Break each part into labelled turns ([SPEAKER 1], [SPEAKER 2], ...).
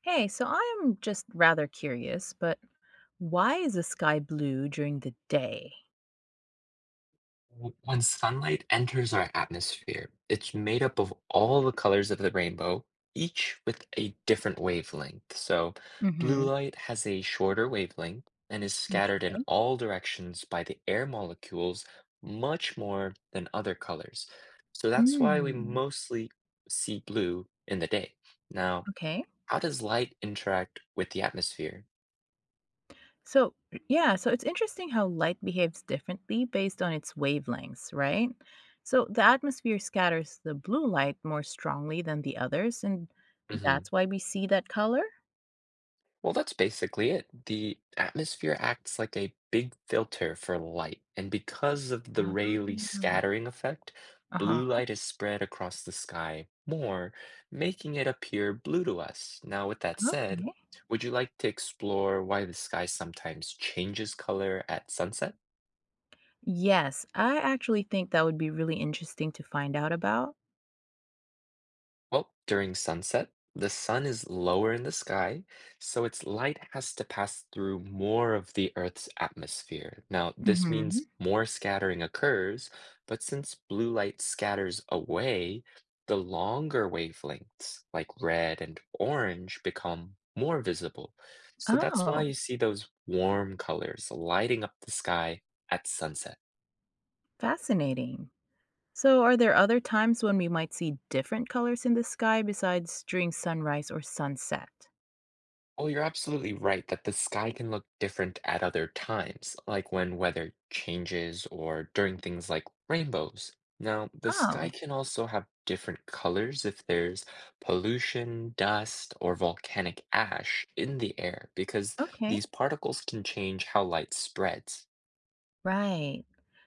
[SPEAKER 1] Hey, so I am just rather curious, but why is the sky blue during the day?
[SPEAKER 2] When sunlight enters our atmosphere, it's made up of all the colors of the rainbow, each with a different wavelength. So, blue
[SPEAKER 1] Mm-hmm.
[SPEAKER 2] light has a shorter wavelength and is
[SPEAKER 1] Okay.
[SPEAKER 2] scattered in all directions by the air molecules much more than other colors. So, that's why we
[SPEAKER 1] Mm.
[SPEAKER 2] mostly see blue in the day. Now,
[SPEAKER 1] Okay.
[SPEAKER 2] how does light interact with the atmosphere?
[SPEAKER 1] So, yeah, so it's interesting how light behaves differently based on its wavelengths, right? So, the atmosphere scatters the blue light more strongly than the others, and
[SPEAKER 2] hmm
[SPEAKER 1] that's why we see that color?
[SPEAKER 2] Well, that's basically it. The atmosphere acts like a big filter for light, and because of the
[SPEAKER 1] Ah.
[SPEAKER 2] Rayleigh scattering effect, blue
[SPEAKER 1] Uh-huh.
[SPEAKER 2] light is spread across the sky more, making it appear blue to us. Now, with that said,
[SPEAKER 1] Okay.
[SPEAKER 2] would you like to explore why the sky sometimes changes color at sunset?
[SPEAKER 1] Yes, I actually think that would be really interesting to find out about.
[SPEAKER 2] Well, during sunset, the sun is lower in the sky, so its light has to pass through more of the Earth's atmosphere. Now, this
[SPEAKER 1] Mm-hmm.
[SPEAKER 2] means more scattering occurs, but since blue light scatters away, the longer wavelengths, like red and orange, become more visible. So that's why
[SPEAKER 1] Oh.
[SPEAKER 2] you see those warm colors lighting up the sky at sunset.
[SPEAKER 1] Fascinating. So, are there other times when we might see different colors in the sky besides during sunrise or sunset?
[SPEAKER 2] Well, you're absolutely right that the sky can look different at other times, like when weather changes or during things like rainbows. Now, the sky
[SPEAKER 1] Oh,
[SPEAKER 2] can also have different colors if there's pollution, dust, or volcanic ash in the air, because
[SPEAKER 1] okay.
[SPEAKER 2] these particles can change how light spreads.
[SPEAKER 1] Right.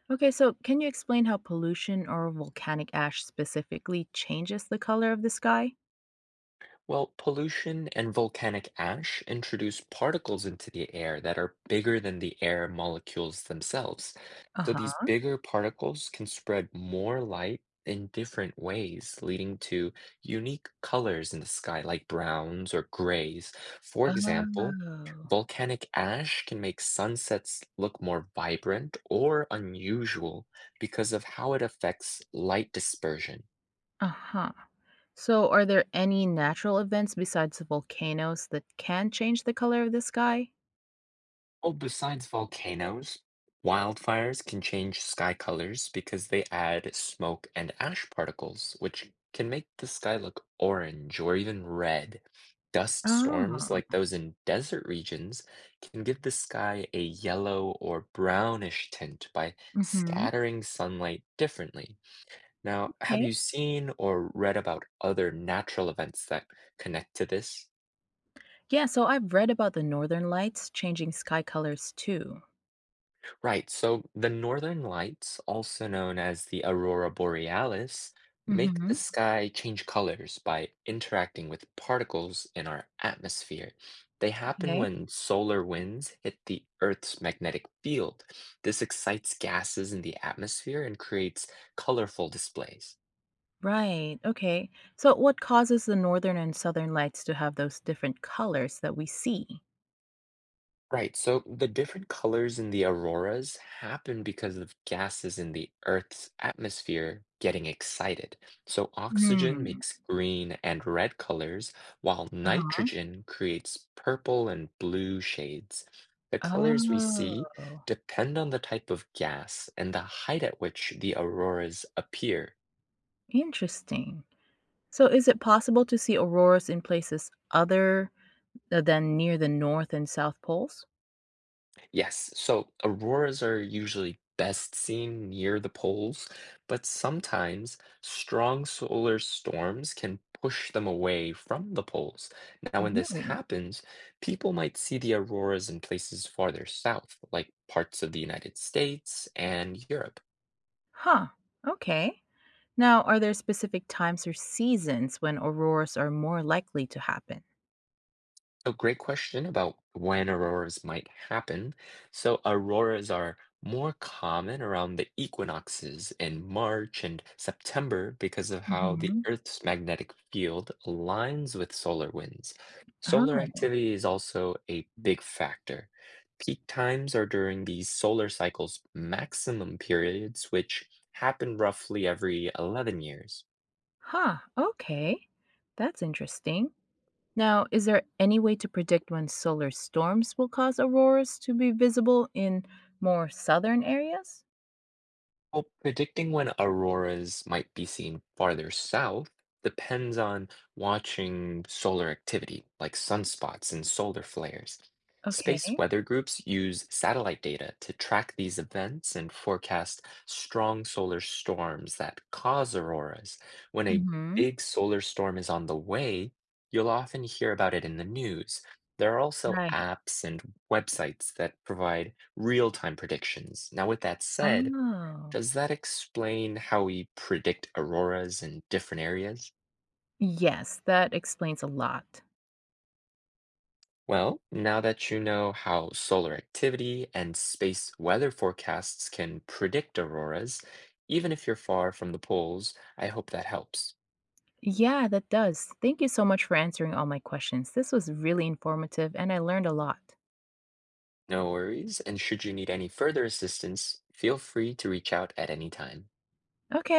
[SPEAKER 1] Okay, so can you explain how pollution or volcanic ash specifically changes the color of the sky?
[SPEAKER 2] Well, pollution and volcanic ash introduce particles into the air that are bigger than the air molecules themselves.
[SPEAKER 1] Uh
[SPEAKER 2] So these
[SPEAKER 1] huh.
[SPEAKER 2] bigger particles can spread more light in different ways, leading to unique colors in the sky, like browns or grays. For example,
[SPEAKER 1] Oh.
[SPEAKER 2] volcanic ash can make sunsets look more vibrant or unusual because of how it affects light dispersion.
[SPEAKER 1] Uh huh. So, are there any natural events besides volcanoes that can change the color of the sky?
[SPEAKER 2] Well, besides volcanoes, wildfires can change sky colors because they add smoke and ash particles, which can make the sky look orange or even red. Dust storms,
[SPEAKER 1] Oh.
[SPEAKER 2] like those in desert regions, can give the sky a yellow or brownish tint by
[SPEAKER 1] Mm hmm.
[SPEAKER 2] scattering sunlight differently. Now, have
[SPEAKER 1] Okay.
[SPEAKER 2] you seen or read about other natural events that connect to this?
[SPEAKER 1] Yeah, so I've read about the northern lights changing sky colors too.
[SPEAKER 2] Right, so the northern lights, also known as the aurora borealis, make the
[SPEAKER 1] Hmm.
[SPEAKER 2] sky change colors by interacting with particles in our atmosphere. They happen
[SPEAKER 1] Okay.
[SPEAKER 2] when solar winds hit the Earth's magnetic field. This excites gases in the atmosphere and creates colorful displays.
[SPEAKER 1] Right. Okay. So what causes the northern and southern lights to have those different colors that we see?
[SPEAKER 2] Right, so the different colors in the auroras happen because of gases in the Earth's atmosphere getting excited. So oxygen
[SPEAKER 1] Hmm.
[SPEAKER 2] makes green and red colors, while
[SPEAKER 1] Uh-huh.
[SPEAKER 2] nitrogen creates purple and blue shades. The colors we see
[SPEAKER 1] Oh,
[SPEAKER 2] depend on the type of gas and the height at which the auroras appear.
[SPEAKER 1] interesting. So is it possible to see auroras in places other than near the north and south poles?
[SPEAKER 2] Yes, so auroras are usually best seen near the poles, but sometimes strong solar storms can push them away from the poles. Now, when this
[SPEAKER 1] Really?
[SPEAKER 2] happens, people might see the auroras in places farther south, like parts of the United States and Europe.
[SPEAKER 1] Huh. Okay. Now, are there specific times or seasons when auroras are more likely to happen?
[SPEAKER 2] A great question about when auroras might happen. So auroras are more common around the equinoxes in March and September because of how the
[SPEAKER 1] Mhm.
[SPEAKER 2] Earth's magnetic field aligns with solar winds. Solar
[SPEAKER 1] Oh.
[SPEAKER 2] activity is also a big factor. Peak times are during the solar cycle's maximum periods, which happen roughly every 11 years.
[SPEAKER 1] Huh, okay. That's interesting. Now, is there any way to predict when solar storms will cause auroras to be visible in more southern areas?
[SPEAKER 2] Well, predicting when auroras might be seen farther south depends on watching solar activity, like sunspots and solar flares.
[SPEAKER 1] Okay.
[SPEAKER 2] Space weather groups use satellite data to track these events and forecast strong solar storms that cause auroras. When a
[SPEAKER 1] Mhm.
[SPEAKER 2] big solar storm is on the way, you'll often hear about it in the news. There are also
[SPEAKER 1] Right.
[SPEAKER 2] apps and websites that provide real-time predictions. Now, with that said,
[SPEAKER 1] Oh.
[SPEAKER 2] does that explain how we predict auroras in different areas?
[SPEAKER 1] Yes, that explains a lot.
[SPEAKER 2] Well, now that you know how solar activity and space weather forecasts can predict auroras, even if you're far from the poles, I hope that helps.
[SPEAKER 1] Yeah, that does. Thank you so much for answering all my questions. This was really informative and I learned a lot.
[SPEAKER 2] No worries, and should you need any further assistance, feel free to reach out at any time.
[SPEAKER 1] Okay,